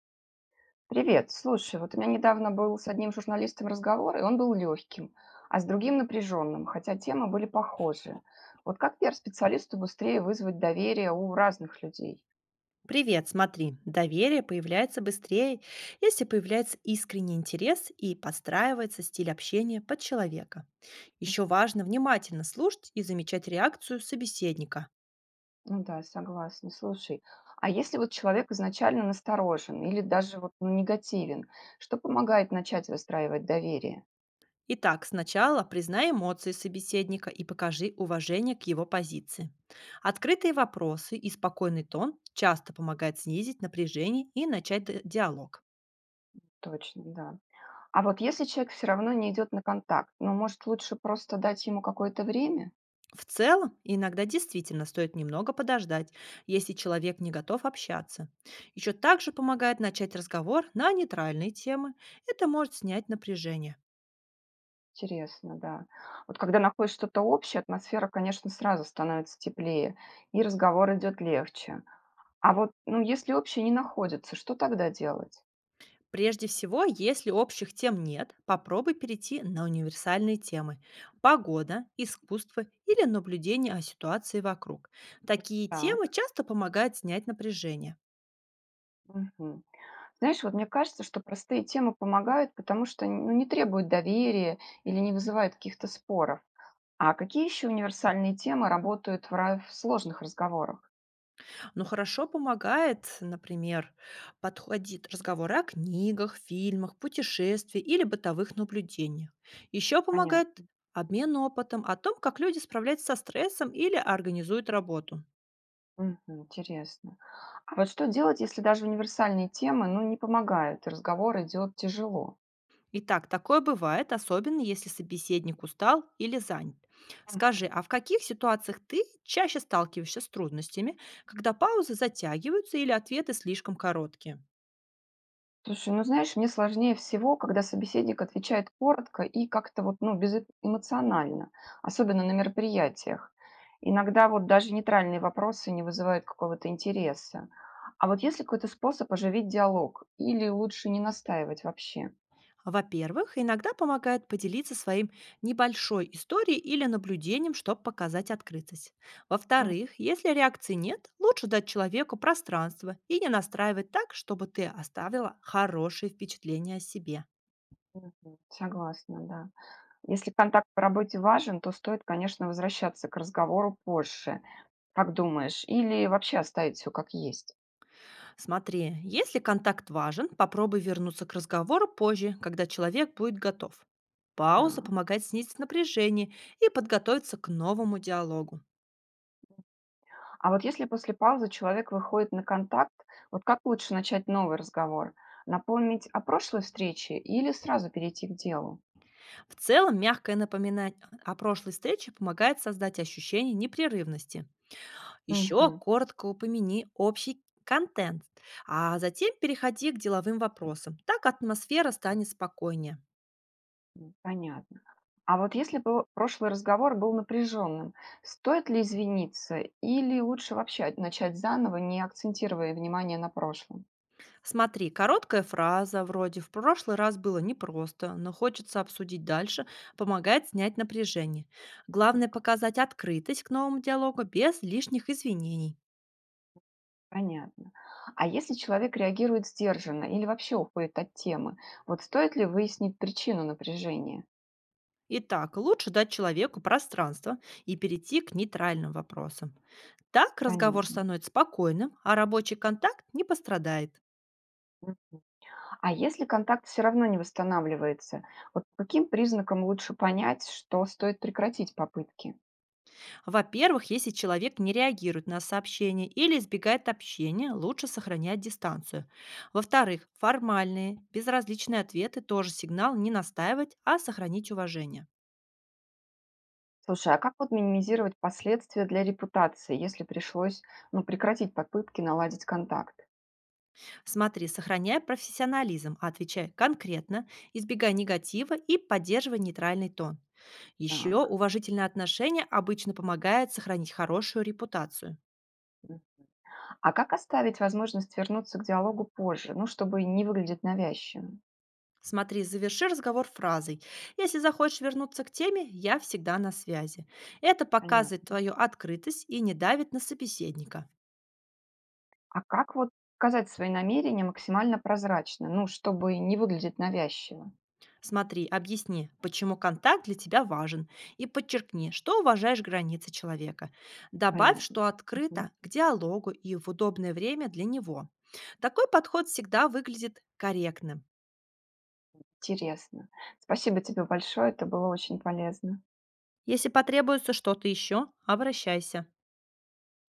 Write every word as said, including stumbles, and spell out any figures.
Привет. Слушай, вот у меня недавно был с одним журналистом разговор, и он был легким, а с другим напряженным, хотя темы были похожи. Вот как пиар-специалисту быстрее вызвать доверие у разных людей? Привет, смотри, доверие появляется быстрее, если появляется искренний интерес и подстраивается стиль общения под человека. Еще важно внимательно слушать и замечать реакцию собеседника. Ну да, согласна. Слушай, а если вот человек изначально насторожен или даже вот ну, негативен, что помогает начать выстраивать доверие? Итак, сначала признай эмоции собеседника и покажи уважение к его позиции. Открытые вопросы и спокойный тон часто помогают снизить напряжение и начать д- диалог. Точно, да. А вот если человек все равно не идет на контакт, ну, может, лучше просто дать ему какое-то время? В целом, иногда действительно стоит немного подождать, если человек не готов общаться. Еще также помогает начать разговор на нейтральные темы. Это может снять напряжение. Интересно, да. Вот когда находишь что-то общее, атмосфера, конечно, сразу становится теплее, и разговор идет легче. А вот, ну, если общее не находится, что тогда делать? Прежде всего, если общих тем нет, попробуй перейти на универсальные темы– погода, искусство или наблюдение о ситуации вокруг. Такие темы Так. часто помогают снять напряжение. Мгм. Знаешь, вот мне кажется, что простые темы помогают, потому что ну, не требуют доверия или не вызывают каких-то споров. А какие еще универсальные темы работают в, ра- в сложных разговорах? Но хорошо помогает, например, подходит разговоры о книгах, фильмах, путешествиях или бытовых наблюдениях. Еще помогает Понятно. обмен опытом о том, как люди справляются со стрессом или организуют работу. Мгм, интересно. А вот что делать, если даже универсальные темы, ну, не помогают, и разговор идет тяжело? Итак, такое бывает, особенно если собеседник устал или занят. Скажи, Мгм. а в каких ситуациях ты чаще сталкиваешься с трудностями, когда паузы затягиваются или ответы слишком короткие? Слушай, ну знаешь, мне сложнее всего, когда собеседник отвечает коротко и как-то вот, ну, безэмоционально, особенно на мероприятиях. Иногда вот даже нейтральные вопросы не вызывают какого-то интереса. А вот есть ли какой-то способ оживить диалог? Или лучше не настаивать вообще? Во-первых, иногда помогает поделиться своим небольшой историей или наблюдением, чтобы показать открытость. Мгм, Во-вторых, если реакции нет, лучше дать человеку пространство и не настраивать так, чтобы ты оставила хорошее впечатление о себе. мгм. Согласна, да. Если контакт по работе важен, то стоит, конечно, возвращаться к разговору позже. Как думаешь? Или вообще оставить все как есть? Смотри, если контакт важен, попробуй вернуться к разговору позже, когда человек будет готов. Пауза Да. помогает снизить напряжение и подготовиться к новому диалогу. А вот если после паузы человек выходит на контакт, вот как лучше начать новый разговор? Напомнить о прошлой встрече или сразу перейти к делу? В целом, мягкое напоминание о прошлой встрече помогает создать ощущение непрерывности. Еще Мгм. коротко упомяни общий контент, а затем переходи к деловым вопросам. Так атмосфера станет спокойнее. М, понятно. А вот если бы прошлый разговор был напряженным, стоит ли извиниться или лучше вообще начать заново, не акцентируя внимание на прошлом? Смотри, короткая фраза вроде «в прошлый раз было непросто, но хочется обсудить дальше» помогает снять напряжение. Главное показать открытость к новому диалогу без лишних извинений. Понятно. А если человек реагирует сдержанно или вообще уходит от темы, вот стоит ли выяснить причину напряжения? Итак, лучше дать человеку пространство и перейти к нейтральным вопросам. Так разговор Понятно. становится спокойным, а рабочий контакт не пострадает. А если контакт все равно не восстанавливается, вот по каким признакам лучше понять, что стоит прекратить попытки? Во-первых, если человек не реагирует на сообщение или избегает общения, лучше сохранять дистанцию. Во-вторых, формальные, безразличные ответы тоже сигнал не настаивать, а сохранить уважение. Слушай, а как вот минимизировать последствия для репутации, если пришлось, ну, прекратить попытки наладить контакт? Смотри, сохраняй профессионализм, а отвечай конкретно, избегай негатива и поддерживай нейтральный тон. Еще Так. уважительное отношение обычно помогает сохранить хорошую репутацию. М. А как оставить возможность вернуться к диалогу позже, ну, чтобы не выглядеть навязчивым? Смотри, заверши разговор фразой. Если захочешь вернуться к теме, я всегда на связи. Это показывает Понятно. твою открытость и не давит на собеседника. А как вот показать свои намерения максимально прозрачно, ну, чтобы не выглядеть навязчиво? Смотри, объясни, почему контакт для тебя важен, и подчеркни, что уважаешь границы человека. Добавь, Понятно. что Мгм. открыто к диалогу и в удобное время для него. Такой подход всегда выглядит корректным. Интересно. Спасибо тебе большое, это было очень полезно. Если потребуется что-то еще, обращайся.